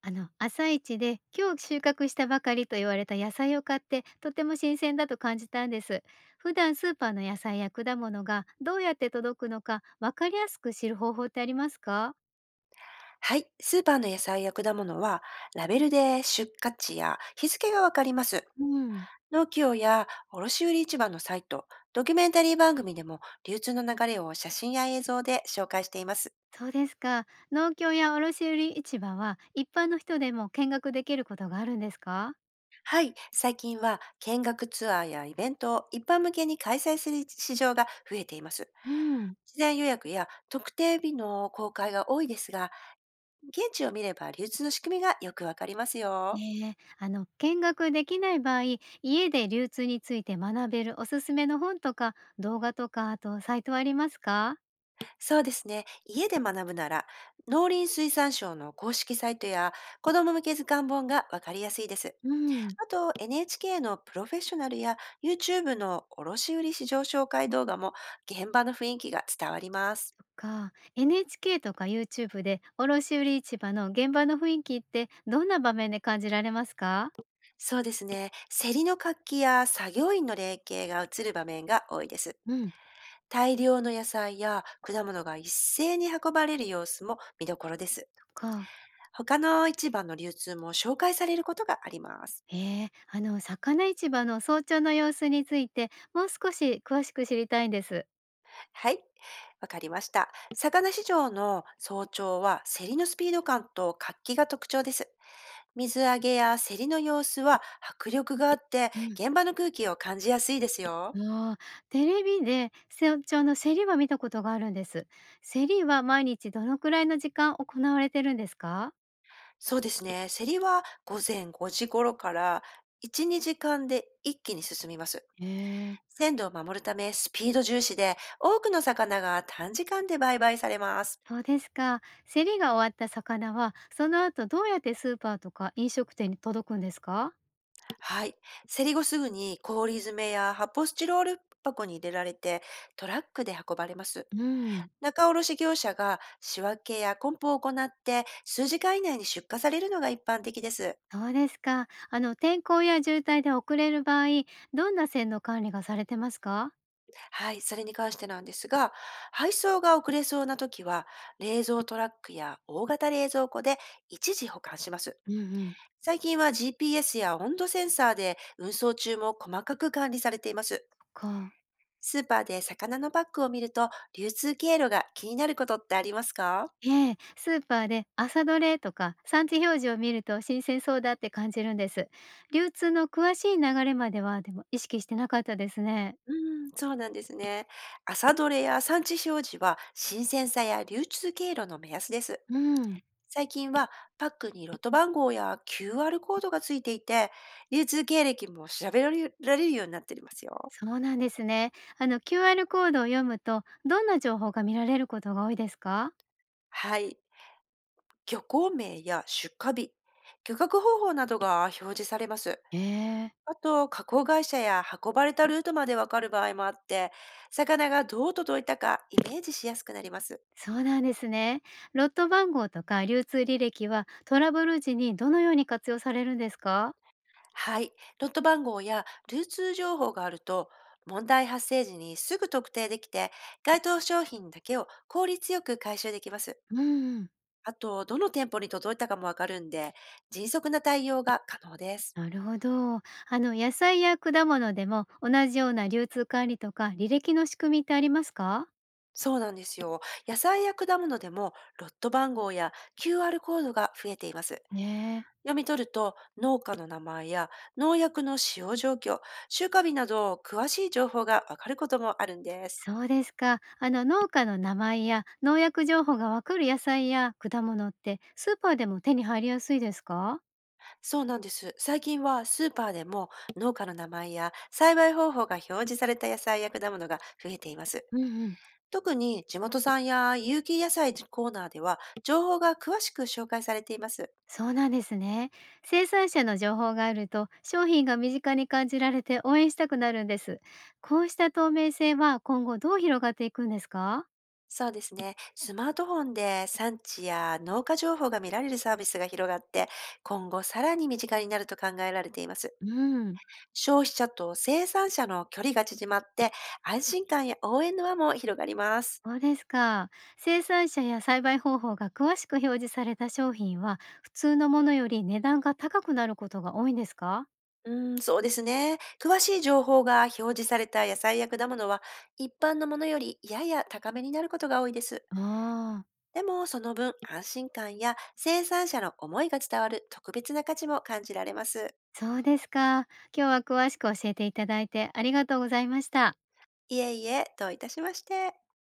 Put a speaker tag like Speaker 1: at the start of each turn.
Speaker 1: 朝市で今日収穫したばかりと言われた野菜を買って、とても新鮮だと感じたんです。普段スーパーの野菜や果物がどうやって届くのか、わかりやすく知る方法ってありますか？
Speaker 2: はい。スーパーの野菜や果物は、ラベルで出荷地や日付がわかります。
Speaker 1: うん、
Speaker 2: 農協や卸売市場のサイト、ドキュメンタリー番組でも流通の流れを写真や映像で紹介しています。
Speaker 1: そうですか。農協や卸売市場は一般の人でも見学できることがあるんですか？
Speaker 2: はい。最近は見学ツアーやイベントを一般向けに開催する市場が増えています。
Speaker 1: うん、
Speaker 2: 事前予約や特定日の公開が多いですが、現地を見れば流通の仕組みがよくわかりますよ。
Speaker 1: ええ、見学できない場合、家で流通について学べるおすすめの本とか動画とか、あとサイトはありますか？
Speaker 2: そうですね。家で学ぶなら、農林水産省の公式サイトや子ども向け図鑑本がわかりやすいです。
Speaker 1: うん。
Speaker 2: あと、NHK のプロフェッショナルや YouTube の卸売市場紹介動画も現場の雰囲気が伝わります。
Speaker 1: とか NHK とか YouTube で卸売市場の現場の雰囲気って、どんな場面で感じられますか？
Speaker 2: そうですね。競りの活気や作業員の連携が映る場面が多いです。
Speaker 1: うん、と
Speaker 2: 大量の野菜や果物が一斉に運ばれる様子も見どころです。
Speaker 1: か
Speaker 2: 他の市場の流通も紹介されることがあります。
Speaker 1: 魚市場の早朝の様子についてもう少し詳しく知りたいんです。
Speaker 2: はい、わかりました。魚市場の早朝は競りのスピード感と活気が特徴です。水揚げや競りの様子は迫力があって、現場の空気を感じやすいです
Speaker 1: う
Speaker 2: よ。
Speaker 1: ん、ああ、テレビで早朝の競りは見たことがあるんです。競りは毎日どのくらいの時間行われてるんですか？
Speaker 2: そうですね。競りは午前5時頃から1、2時間で一気に進みます。
Speaker 1: へえー。
Speaker 2: 鮮度を守るため、スピード重視で多くの魚が短時間で売買されます。
Speaker 1: そうですか。競りが終わった魚は、その後どうやってスーパーとか飲食店に届くんですか？
Speaker 2: はい。競り後すぐに氷詰めや発泡スチロール箱に入れられて、トラックで運ばれます。
Speaker 1: うん、
Speaker 2: 仲卸業者が仕分けや梱包を行って、数時間以内に出荷されるのが一般的です。
Speaker 1: そうですか。天候や渋滞で遅れる場合、どんな線の管理がされてますか？
Speaker 2: はい、それに関してなんですが、配送が遅れそうな時は冷蔵トラックや大型冷蔵庫で一時保管します。
Speaker 1: うんうん。
Speaker 2: 最近は GPS や温度センサーで運送中も細かく管理されています。
Speaker 1: か。
Speaker 2: スーパーで魚のバッグを見ると、流通経路が気になることってありますか？
Speaker 1: ええ、スーパーで朝どれとか産地表示を見ると、新鮮そうだって感じるんです。流通の詳しい流れまではでも意識してなかったですね。
Speaker 2: うん、そうなんですね。朝どれや産地表示は新鮮さや流通経路の目安です。
Speaker 1: うん。
Speaker 2: 最近はパックにロット番号や QR コードがついていて、流通経歴も調べられられるようになっていますよ。
Speaker 1: そうなんですね。QR コードを読むと、どんな情報が見られることが多いですか？
Speaker 2: はい。漁港名や出荷日、漁獲方法などが表示されます。
Speaker 1: へえ。
Speaker 2: あと、加工会社や運ばれたルートまでわかる場合もあって、魚がどう届いたかイメージしやすくなります。
Speaker 1: そうなんですね。ロット番号とか流通履歴はトラブル時にどのように活用されるんですか？
Speaker 2: はい。ロット番号や流通情報があると、問題発生時にすぐ特定できて、該当商品だけを効率よく回収できます。
Speaker 1: うんん。
Speaker 2: あと、どの店舗に届いたかもわかるんで、迅速な対応が可能です。
Speaker 1: なるほど。野菜や果物でも同じような流通管理とか履歴の仕組みってありますか？
Speaker 2: そうなんですよ。野菜や果物でも、ロット番号や QR コードが増えています。
Speaker 1: ねえ。
Speaker 2: 読み取ると、農家の名前や農薬の使用状況、収穫日など詳しい情報がわかることもあるんです。
Speaker 1: そうですか。農家の名前や農薬情報がわかる野菜や果物って、スーパーでも手に入りやすいですか？
Speaker 2: そうなんです。最近はスーパーでも農家の名前や栽培方法が表示された野菜や果物が増えています。
Speaker 1: うんうん。
Speaker 2: 特に地元産や有機野菜コーナーでは情報が詳しく紹介されています。
Speaker 1: そうなんですね。生産者の情報があると商品が身近に感じられて、応援したくなるんです。こうした透明性は、今後どう広がっていくんですか？
Speaker 2: そうですね。スマートフォンで産地や農家情報が見られるサービスが広がって、今後さらに身近になると考えられています。
Speaker 1: うん。
Speaker 2: 消費者と生産者の距離が縮まって、安心感や応援の輪も広がります。
Speaker 1: そうですか。生産者や栽培方法が詳しく表示された商品は、普通のものより値段が高くなることが多いんですか？
Speaker 2: うーん、そうですね。詳しい情報が表示された野菜や果物は、一般のものよりやや高めになることが多いです。
Speaker 1: ああ。
Speaker 2: でも、その分、安心感や生産者の思いが伝わる特別な価値も感じられます。
Speaker 1: そうですか。今日は詳しく教えていただいて、ありがとうございました。
Speaker 2: いえいえ、どういたしまして。